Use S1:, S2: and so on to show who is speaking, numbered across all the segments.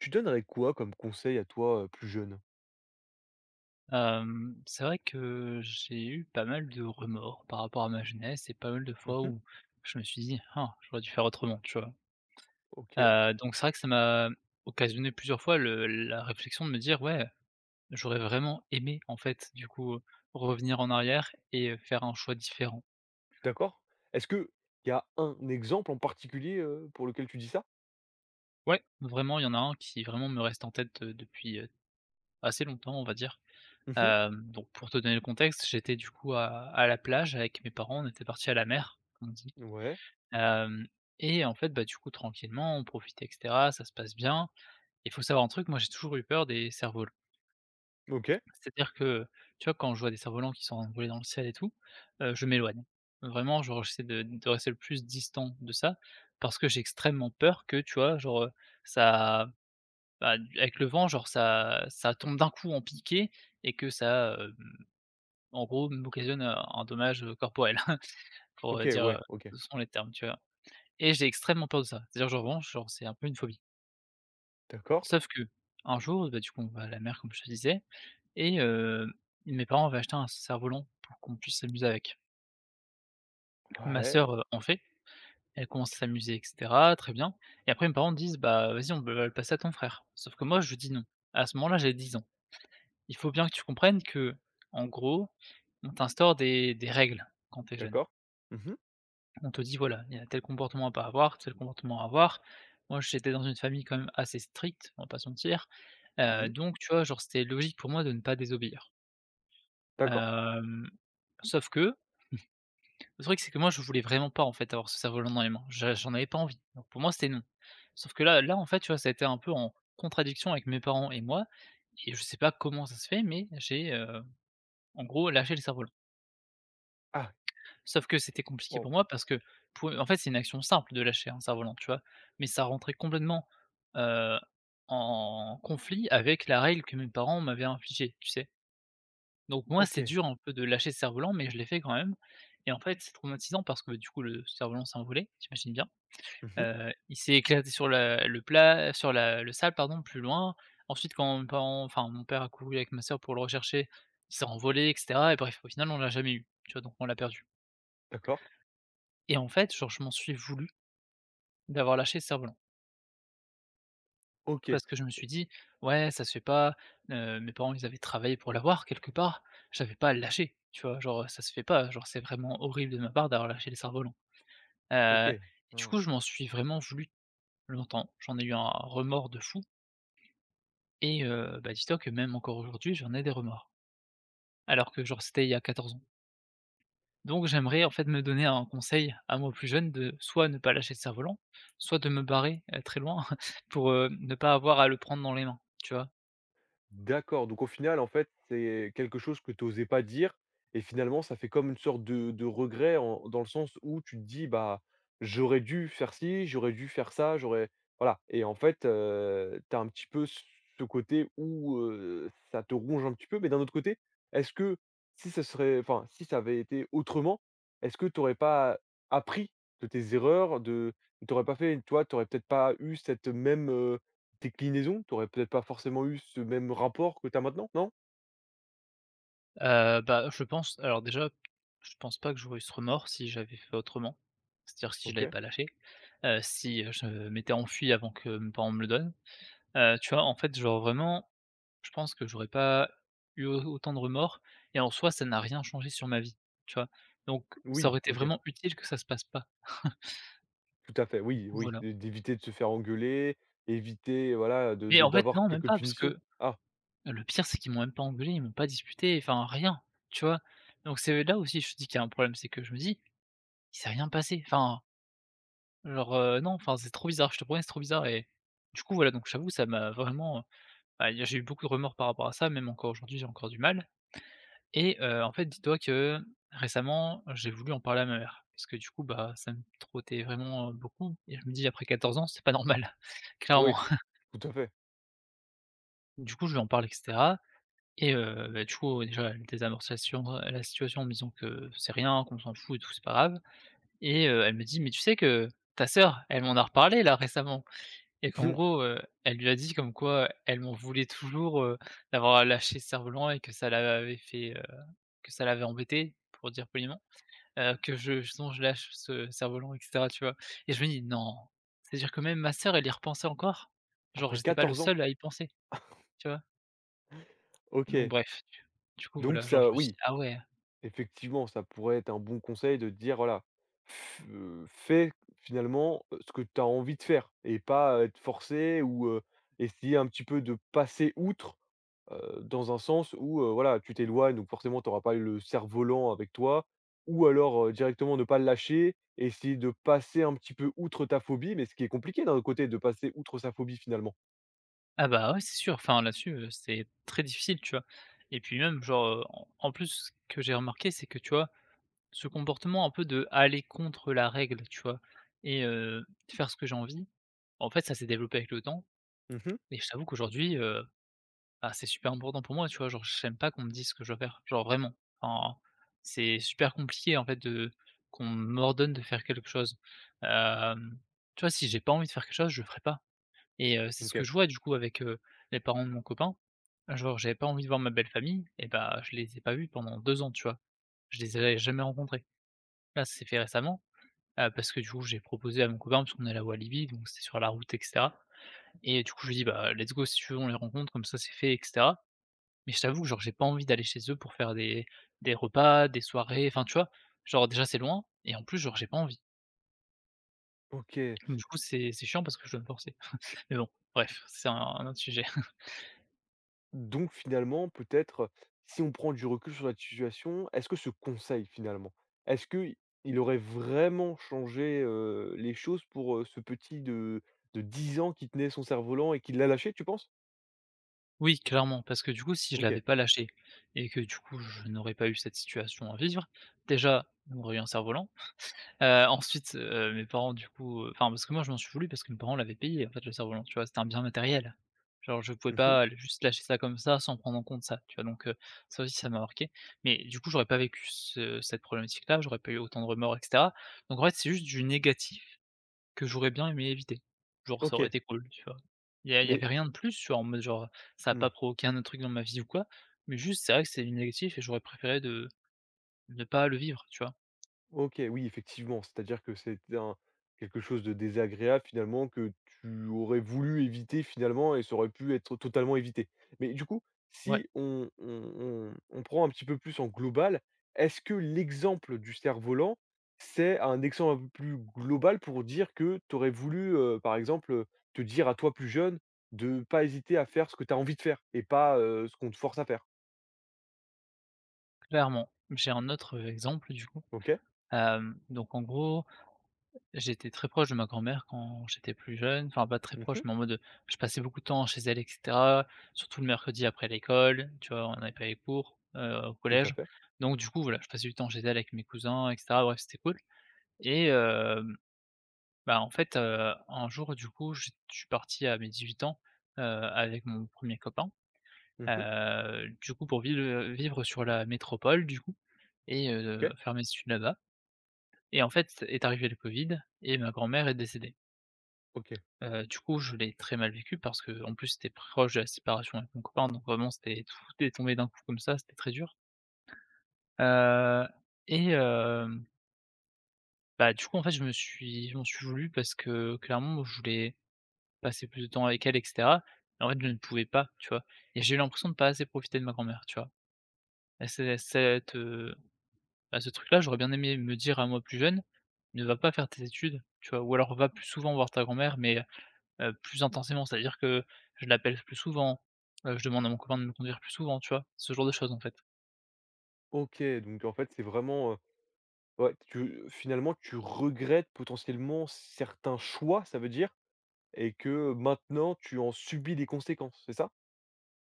S1: Tu donnerais quoi comme conseil à toi, plus jeune?
S2: C'est vrai que j'ai eu pas mal de remords par rapport à ma jeunesse et pas mal de fois
S1: Mmh.
S2: où je me suis dit: «Ah, j'aurais dû faire autrement», tu vois?
S1: OK,
S2: Donc c'est vrai que ça m'a occasionné plusieurs fois le la réflexion de me dire: «Ouais, j'aurais vraiment aimé, en fait, du coup, revenir en arrière et faire un choix différent».
S1: d'accord. Est-ce qu'il y a un exemple en particulier, pour lequel tu dis ça?
S2: Ouais, vraiment, il y en a un qui vraiment me reste en tête, depuis, assez longtemps, on va dire.
S1: Mmh.
S2: Donc pour te donner le contexte, j'étais du coup à la plage avec mes parents, on était partis à la mer, comme on dit.
S1: Ouais.
S2: Hem Et en fait, bah, du coup, tranquillement, on profite et cetera, ça se passe bien. Il faut savoir un truc, moi, j'ai toujours eu peur des cerfs-volants.
S1: OK.
S2: C'est-à-dire que, tu vois, quand je vois des cerfs-volants qui sont envolés dans le ciel et tout, je m'éloigne. Vraiment, genre, j'essaie de rester le plus distant de ça parce que j'ai extrêmement peur que, tu vois, genre, ça bah, avec le vent, genre, ça tombe d'un coup en piqué et que ça, en gros, m'occasionne un dommage, corporel pour,
S1: OK,
S2: dire,
S1: ouais, OK.
S2: selon les termes, tu vois? Et j'ai extrêmement peur de ça. C'est-à-dire, genre, vraiment, genre, c'est un peu une phobie.
S1: D'accord.
S2: Sauf que un jour, bah, du coup, on va à la mer, comme je te disais et mes parents avaient acheté un cerf-volant pour qu'on puisse s'amuser avec. Ma sœur,
S1: Ouais,
S2: en fait, elle commence à s'amuser et cetera, très bien et après mes parents disent: «Bah, vas-y, on va le passer à ton frère». Sauf que moi, je dis: «Non». À ce moment-là, j'ai 10 ans. Il faut bien que tu comprennes que, en gros, on t'instaure des règles quand t'es jeune.
S1: d'accord. Mmh mh.
S2: On te dit voilà, il y a tel comportement à pas avoir, tel comportement à avoir. Moi, j'étais dans une famille quand même assez stricte, on va pas se mentir.
S1: Mmh.
S2: Donc tu vois, genre, c'était logique pour moi de ne pas désobéir.
S1: D'accord.
S2: Hem, Sauf que, le truc, c'est que moi, je voulais vraiment pas, en fait, avoir ce cerf-volant dans les mains. Je j'en avais pas envie. Donc pour moi, c'était non. Sauf que là, en fait, tu vois, ça a été un peu en contradiction avec mes parents et moi et je sais pas comment ça se fait, mais j'ai, en gros, lâché le cerf-volant.
S1: Ah!
S2: Sauf que c'était compliqué
S1: Waouh!
S2: pour moi parce que pou en fait, c'est une action simple de lâcher un cerf-volant, tu vois? Mais ça rentrait complètement, heu, en conflit avec la règle que mes parents m'avaient infligée, tu sais? Donc moi, c'est
S1: OK.
S2: dur un peu de lâcher ce cerf-volant, mais je l'ai fait quand même et en fait, c'est traumatisant parce que, du coup, le cerf-volant s'est envolé, tu bien.
S1: Mmh.
S2: Il s'est éclaté sur la le plat sur la le sable, pardon, plus loin. Ensuite, quand mes parents enfin, mon père a couru avec ma sœur pour le rechercher, il s'est envolé et cetera et bref, au final, on l'a jamais eu, tu vois? Donc on l'a perdu.
S1: D'accord.
S2: Et en fait, genre, je m'en suis voulu d'avoir lâché le Cerf-Volant.
S1: OK
S2: Parce que je me suis
S1: et
S2: dit: «Ouais, ça se fait pas, mes parents, ils avaient travaillé pour l'avoir quelque part, j'avais pas à le lâcher», tu vois? Genre, ça se fait pas, genre, c'est vraiment horrible de ma part d'avoir lâché le Cerf-Volant.
S1: OK.
S2: Heu, et du
S1: Ouais.
S2: coup, je m'en suis vraiment voulu longtemps. J'en ai eu un remords de fou et bah, dis-toi que même encore aujourd'hui, j'en ai des remords. Alors que, genre, c'était il y a 14 ans. Donc j'aimerais en fait me donner un conseil à moi plus jeune de soit ne pas lâcher le cerf-volant, soit de me barrer, très loin pour, ne pas avoir à le prendre dans les mains, tu vois?
S1: D'accord, donc au final, en fait, c'est quelque chose que tu osais pas dire et finalement, ça fait comme une sorte de regret en dans le sens où tu te dis: «Bah, j'aurais dû faire ci, j'aurais dû faire ça, j'aurais» voilà et en fait, tu as un petit peu ce côté où, ça te ronge un petit peu, mais d'un autre côté, est-ce que si ça serait enfin, si ça avait été autrement, est-ce que tu aurais pas appris de tes erreurs, de tu aurais pas fait, toi, tu aurais peut-être pas eu cette même, déclinaison, tu aurais peut-être pas forcément eu ce même rapport que tu as maintenant, non?
S2: Bah, je pense alors déjà, je pense pas que j'aurais eu ce remords si j'avais fait autrement. C'est-à-dire si je l'avais
S1: OK.
S2: pas lâché, si, je m'étais enfui avant que mes parents me le donnent. Tu vois? En fait, genre vraiment, je pense que j'aurais pas eu au autant de remords et en soi, ça n'a rien changé sur ma vie, tu vois? Donc ça
S1: Oui,
S2: aurait été
S1: OK,
S2: vraiment utile que ça se passe pas.
S1: tout à fait,
S2: Du
S1: oui,
S2: coup,
S1: oui,
S2: voilà.
S1: d'éviter de se faire engueuler, éviter, voilà,
S2: Mais
S1: de
S2: en fait,
S1: d'avoir
S2: non, même
S1: quelques
S2: pas, parce
S1: punitions.
S2: que
S1: Ah,
S2: le pire, c'est qu'ils m'ont même pas engueulé, ils m'ont pas disputé, enfin rien, tu vois? Donc c'est là aussi, je te dis qu'il y a un problème, c'est que je me dis: «Il s'est rien passé», enfin, genre, non, enfin, c'est trop bizarre, je te promets, c'est trop bizarre et du coup, voilà, donc j'avoue ça m'a vraiment, bah, j'ai eu beaucoup de remords par rapport à ça, même encore aujourd'hui, j'ai encore du mal et en fait, dis-toi que récemment, j'ai voulu en parler à ma mère parce que du coup, bah, ça me trottait vraiment, beaucoup et je me dis: «Après 14 ans, c'est pas normal»,
S1: oui,
S2: clairement.
S1: tout à fait.
S2: Du coup, je lui en parle etc Et bah, du coup, déjà, elle désamorce la situation en me disant que c'est rien, qu'on s'en fout et tout, c'est pas grave et elle me dit: «Mais tu sais que ta sœur, elle m'en a reparlé là récemment et qu'en
S1: Mmh,
S2: gros, elle lui a dit comme quoi elle m'en voulait toujours, d'avoir lâché Cerf-Volant et que ça l'avait fait, que ça l'avait embêté pour dire poliment, que je justement je lâche ce Cerf-Volant et cetera, tu vois? Et je me dis: «Non, c'est-à-dire que même ma sœur, elle y repensait encore? Genre
S1: après
S2: j'étais pas le
S1: 14 ans.
S2: seul à y penser», tu vois? Donc
S1: OK.
S2: bref, du coup
S1: Donc
S2: voilà, genre je
S1: ça
S2: me suis
S1: oui,
S2: dit: «Ah ouais».
S1: effectivement, ça pourrait être un bon conseil de te dire, voilà, f fais finalement, ce que tu as envie de faire et pas, être forcé ou, essayer un petit peu de passer outre. Dans un sens où, voilà, tu t'éloignes, donc forcément tu auras pas eu le cerf-volant avec toi ou alors, directement ne pas le lâcher, essayer de passer un petit peu outre ta phobie, mais ce qui est compliqué d'un autre côté de passer outre sa phobie finalement.
S2: Ah bah, ouais, c'est sûr, enfin là-dessus, c'est très difficile, tu vois? Et puis même genre, en plus, ce que j'ai remarqué, c'est que, tu vois, ce comportement un peu de aller contre la règle, tu vois? Et faire ce que j'ai envie, en fait, ça s'est développé avec le temps
S1: Mmh.
S2: et je t'avoue qu'aujourd'hui, bah, c'est super important pour moi, tu vois? Genre, j'aime pas qu'on me dise ce que je dois faire, genre vraiment. Enfin, c'est super compliqué, en fait, de qu'on m'ordonne de faire quelque chose. Hem, Tu vois, si j'ai pas envie de faire quelque chose, je le ferai pas. Et c'est ce que
S1: OK.
S2: je vois du coup avec, les parents de mon copain. Genre j'avais pas envie de voir ma belle famille et bah, je les ai pas vus pendant 2 ans, tu vois? Je les avais jamais rencontrés. Là, ça s'est fait récemment, parce que du coup, j'ai proposé à mon copain parce qu'on est à Walibi, donc c'était sur la route et cetera et du coup, je lui ai dit: «Bah, let's go, si tu veux, on les rencontre, comme ça c'est fait et cetera». Mais je t'avoue que genre j'ai pas envie d'aller chez eux pour faire des repas, des soirées, enfin tu vois? Genre déjà c'est loin et en plus genre j'ai pas envie.
S1: OK.
S2: Du coup c'est chiant parce que je dois me forcer. Mais bon, bref, c'est un autre sujet.
S1: Donc finalement peut-être si on prend du recul sur la situation, est-ce que ce conseil finalement, est-ce que i- il aurait vraiment changé, les choses pour, ce petit de 10 ans qui tenait son cerf-volant et qui l'a lâché, tu penses?
S2: Oui, clairement, parce que du coup, si je l'avais
S1: OK.
S2: pas lâché et que du coup, je n'aurais pas eu cette situation à vivre, déjà, on aurait eu un cerf-volant. Ensuite, mes parents du coup, enfin parce que moi, je m'en suis voulu parce que mes parents l'avaient payé en fait le cerf-volant, tu vois? C'était un bien matériel. Genre je pouvais
S1: Mmh.
S2: pas juste lâcher ça comme ça sans prendre en compte ça, tu vois? Donc ça aussi, ça m'a marqué. Mais du coup, j'aurais pas vécu ce cette problématique-là, j'aurais pas eu autant de remords et cetera. Donc en fait, c'est juste du négatif que j'aurais bien aimé éviter. Genre ça aurait
S1: OK,
S2: été cool, tu vois? Il y
S1: mais
S2: avait rien de plus, tu vois? En mode genre, ça a
S1: mmh.
S2: pas provoqué un autre truc dans ma vie ou quoi, mais juste c'est vrai que c'est du négatif et j'aurais préféré de ne pas le vivre, tu vois?
S1: OK, oui, effectivement, c'est-à-dire que c'était un quelque chose de désagréable finalement que tu aurais voulu éviter finalement et ça aurait pu être totalement évité. Mais du coup,
S2: Ouais,
S1: si on prend un petit peu plus en global, est-ce que l'exemple du cerf-volant, c'est un exemple un peu plus global pour dire que tu aurais voulu, par exemple, te dire à toi plus jeune de pas hésiter à faire ce que tu as envie de faire et pas, ce qu'on te force à faire?
S2: clairement. J'ai un autre, exemple du coup.
S1: OK.
S2: Donc en gros, j'étais très proche de ma grand-mère quand j'étais plus jeune, enfin pas très proche,
S1: Mmh.
S2: mais en mode, je passais beaucoup de temps chez elle et cetera, surtout le mercredi après l'école, tu vois? On avait pas les cours, au
S1: Tout à
S2: collège,
S1: fait.
S2: donc du coup voilà, je passais du temps chez elle avec mes cousins et cetera, bref, c'était cool et hem un jour, du coup, je suis parti à mes 18 ans, avec mon premier copain,
S1: Mmh.
S2: du coup, pour vivre, vivre sur la métropole, du coup et
S1: OK.
S2: faire mes études là-bas et en fait, est arrivé le covid et ma grand-mère est décédée.
S1: OK.
S2: Du coup, je l'ai très mal vécu parce que en plus, c'était proche de la séparation avec mon copain, donc vraiment, c'était tout est tombé d'un coup comme ça, c'était très dur, heu et hem, du coup, en fait, je m'en suis voulu parce que clairement, je voulais passer plus de temps avec elle et cetera et en fait, je ne pouvais pas, tu vois? Et j'ai eu l'impression de pas assez profiter de ma grand-mère, tu vois? Et c'est cette, heu, Ce truc-là, j'aurais bien aimé me dire à moi plus jeune: «Ne va pas faire tes études», tu vois? Ou alors: «Va plus souvent voir ta grand-mère» mais, plus intensément. C'est-à-dire que je l'appelle plus souvent, je demande à mon copain de me conduire plus souvent, tu vois? Ce genre de choses, en fait.
S1: OK, donc en fait, c'est vraiment, ouais, tu finalement, tu regrettes potentiellement certains choix, ça veut dire? Et que maintenant, tu en subis les conséquences, c'est ça?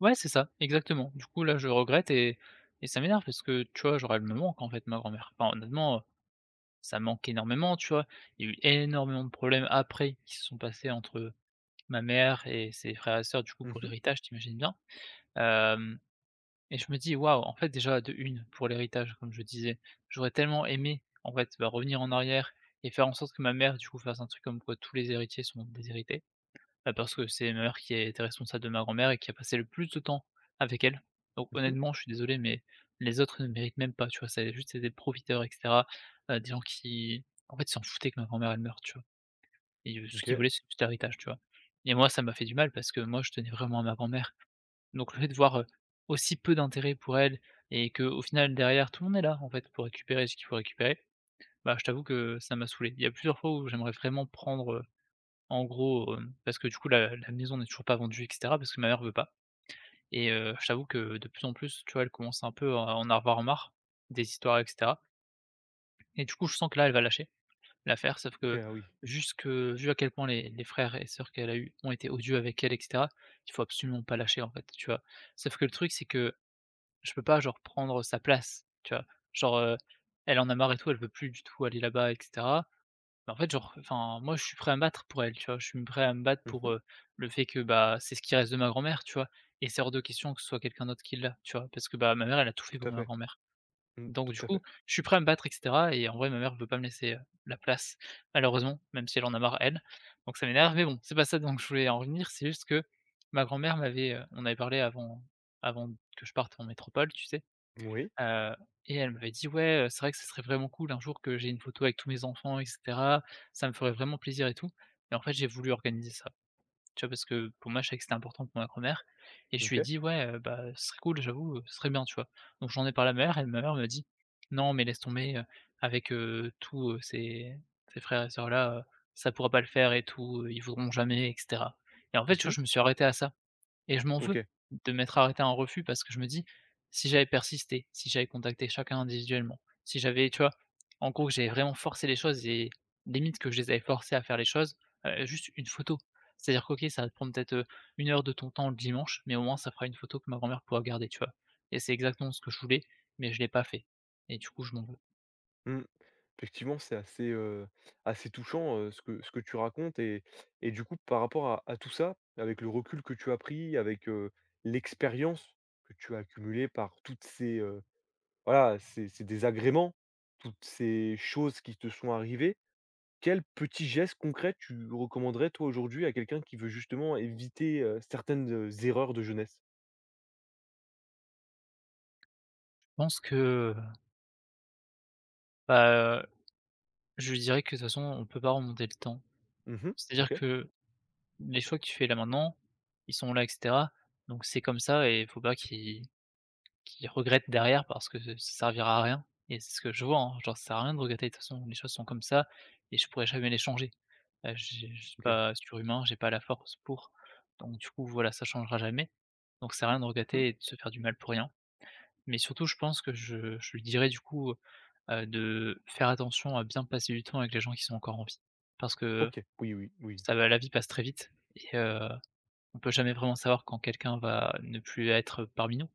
S2: Ouais, c'est ça, exactement. Du coup, là, je regrette et ça m'énerve parce que, tu vois, j'aurais le me manque, en fait, ma grand-mère. Enfin, honnêtement, ça manque énormément, tu vois? Il y a eu énormément de problèmes après qui se sont passés entre ma mère et ses frères et sœurs, du coup,
S1: Mhm,
S2: pour
S1: mhm.
S2: l'héritage, t'imagines bien? Hem Et je me dis: «Waouh!» En fait, déjà, de une pour l'héritage, comme je disais, j'aurais tellement aimé, en fait, bah, revenir en arrière et faire en sorte que ma mère, du coup, fasse un truc comme quoi tous les héritiers sont déshérités. Bah, parce que c'est ma mère qui était responsable de ma grand-mère et qui a passé le plus de temps avec elle. Donc honnêtement, je suis désolé, mais les autres ne méritent même pas, tu vois? C'est juste, c'est des profiteurs et cetera, des gens qui en fait, ils s'en foutaient que ma grand-mère, elle meure, tu vois? Et ce qu'ils
S1: OK.
S2: voulaient, c'est juste l'héritage, tu vois? Et moi, ça m'a fait du mal parce que moi, je tenais vraiment à ma grand-mère. Donc le fait de voir, aussi peu d'intérêt pour elle et que, au final, derrière, tout le monde est là, en fait, pour récupérer ce qu'il faut récupérer, bah, je t'avoue que ça m'a saoulé. Il y a plusieurs fois où j'aimerais vraiment prendre, en gros, parce que du coup la maison n'est toujours pas vendue et cetera, parce que ma mère veut pas et je t'avoue que de plus en plus, tu vois, elle commence un peu à en avoir marre des histoires et cetera et du coup, je sens que là, elle va lâcher l'affaire, sauf
S1: OK,
S2: que
S1: ah oui.
S2: jusque vu à quel point les frères et sœurs qu'elle a eu ont été odieux avec elle et cetera, il faut absolument pas lâcher, en fait, tu vois? Sauf que le truc, c'est que je peux pas, genre, prendre sa place, tu vois? Genre, heu, Elle en a marre et tout, elle veut plus du tout aller là-bas etc. Bah, en fait, genre, enfin, moi, je suis prêt à me battre pour elle, tu vois? Je suis prêt à me battre pour,
S1: Mhm.
S2: le fait que, bah, c'est ce qui reste de ma grand-mère, tu vois? Et c'est hors de question que ce soit quelqu'un d'autre qui l'a, tu vois? Parce que, bah, ma mère, elle a tout fait
S1: Tout
S2: pour
S1: à
S2: ma
S1: fait.
S2: grand-mère.
S1: Mmh,
S2: Donc du
S1: tout à
S2: coup,
S1: fait.
S2: je suis prêt à me battre et cetera et en vrai, ma mère ne veut pas me laisser, la place, malheureusement, même si elle en a marre, elle. Donc ça m'énerve, mais bon, c'est pas ça donc je voulais en revenir, c'est juste que ma grand-mère m'avait, on avait parlé avant avant que je parte en métropole, tu sais?
S1: Oui.
S2: Heu et elle m'avait dit: «Ouais, c'est vrai que ce serait vraiment cool un jour que j'ai une photo avec tous mes enfants et cetera, ça me ferait vraiment plaisir et tout» et en fait, j'ai voulu organiser ça, tu vois? Parce que pour moi, je savais que c'était important pour ma grand-mère et je lui ai
S1: OK.
S2: dit: «Ouais, bah, ce serait cool, j'avoue, ce serait bien», tu vois? Donc j'en ai parlé à ma mère et ma mère me dit: «Non, mais laisse tomber, avec, tous, ces frères et sœurs là, ça pourra pas le faire et tout, ils voudront jamais et cetera» et en fait, tu vois,
S1: Mhm.
S2: je me suis arrêté à ça. Et je m'en veux
S1: OK.
S2: de m'être arrêté à un refus parce que je me dis: «Si j'avais persisté, si j'avais contacté chacun individuellement, si j'avais» tu vois? En gros, que j'avais vraiment forcé les choses et limite que je les avais forcés à faire les choses, juste une photo. C'est-à-dire que OK, ça va te prendre peut-être, 1 heure de ton temps le dimanche, mais au moins ça fera une photo que ma grand-mère pourra garder, tu vois? Et c'est exactement ce que je voulais, mais je l'ai pas fait et du coup, je m'en veux.
S1: Mmh. Effectivement, c'est assez, assez touchant, ce que tu racontes et du coup, par rapport à tout ça, avec le recul que tu as pris, avec, l'expérience que tu as accumulée par toutes ces, voilà, ces désagréments, toutes ces choses qui te sont arrivées, quel petit geste concret tu recommanderais, toi, aujourd'hui, à quelqu'un qui veut justement éviter, certaines, erreurs de jeunesse?
S2: Je pense que, bah, je dirais que de toute façon, on peut pas remonter le temps.
S1: Mmh.
S2: C'est-à-dire
S1: OK,
S2: que les choix que tu fais là maintenant, ils sont là et cetera, donc c'est comme ça et il faut pas qu'ils regrettent derrière parce que ça servira à rien et c'est ce que je vois, hein, genre ça sert à rien de regretter de toute façon, les choses sont comme ça et je pourrais jamais les changer. J'ai Je suis
S1: OK.
S2: pas surhumain, j'ai pas la force pour, donc du coup voilà, ça changera jamais, donc ça sert à rien de
S1: Mmh.
S2: regretter et de se faire du mal pour rien, mais surtout je pense que je lui dirais du coup, de faire attention à bien passer du temps avec les gens qui sont encore en vie parce que
S1: OK. Oui, oui, oui.
S2: ça va la vie passe très vite et on peut jamais vraiment savoir quand quelqu'un va ne plus être parmi nous.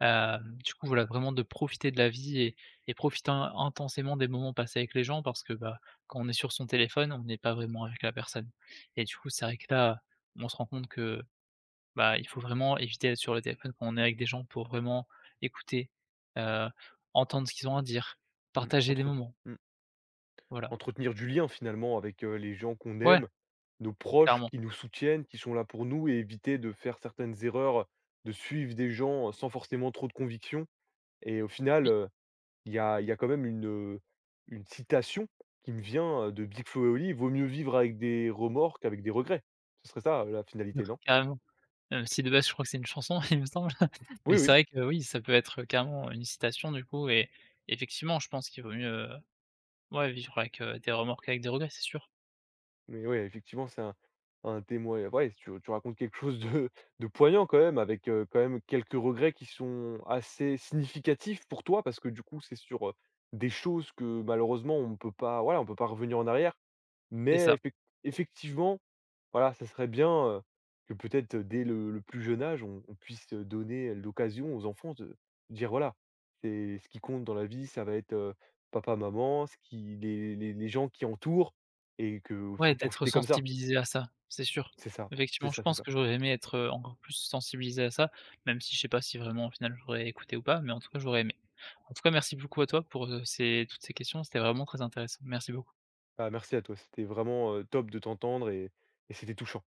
S2: Du coup, voilà, vraiment de profiter de la vie et profiter in intensément des moments passés avec les gens parce que, bah, quand on est sur son téléphone, on n'est pas vraiment avec la personne et du coup, c'est vrai que là, on se rend compte que, bah, il faut vraiment éviter d'être sur le téléphone quand on est avec des gens pour vraiment écouter, heu, entendre ce qu'ils ont à dire,
S1: Mmh.
S2: partager des
S1: Entre
S2: moments, voilà.
S1: entretenir du lien finalement avec, les gens qu'on
S2: Ouais,
S1: aime, nos proches
S2: clairement.
S1: qui nous soutiennent, qui sont là pour nous et éviter de faire certaines erreurs, de suivre des gens, sans forcément trop de conviction et au final,
S2: Oui,
S1: il y a quand même une citation qui me vient, de Big Flo et Oli: «Vaut mieux vivre avec des remords qu'avec des regrets». Ce serait ça, la finalité, non?
S2: carrément. Même si de base, je crois que c'est une chanson, il me semble.
S1: Oui,
S2: Mais c'est
S1: oui.
S2: vrai que oui, ça peut être carrément une citation du coup et effectivement, je pense qu'il vaut mieux, ouais, vivre avec, des remords qu'avec des regrets, c'est sûr.
S1: Mais ouais, effectivement, c'est un témoin ouais, tu racontes quelque chose de de poignant quand même avec, quand même quelques regrets qui sont assez significatifs pour toi parce que du coup, c'est sur, des choses que malheureusement on ne peut pas voilà, on peut pas revenir en arrière.
S2: C'est
S1: Mais
S2: ça.
S1: effectivement voilà, ça serait bien, heu, que peut-être, dès le plus jeune âge, on puisse, donner l'occasion aux enfants de dire: «Voilà, c'est ce qui compte dans la vie, ça va être, papa, maman, ce qui les gens qui entourent et que
S2: Ouais,
S1: faut
S2: d'être
S1: profiter comme ça».
S2: sensibilisé à ça, c'est sûr.
S1: C'est ça,
S2: Effectivement, je
S1: c'est
S2: pense
S1: ça.
S2: que j'aurais aimé être, encore plus sensibilisé à ça, même si je sais pas si vraiment au final j'aurais écouté ou pas, mais en tout cas j'aurais aimé. En tout cas, merci beaucoup à toi pour, ces toutes ces questions, c'était vraiment très intéressant. Merci beaucoup.
S1: Bah, merci à toi, c'était vraiment, top de t'entendre et c'était touchant.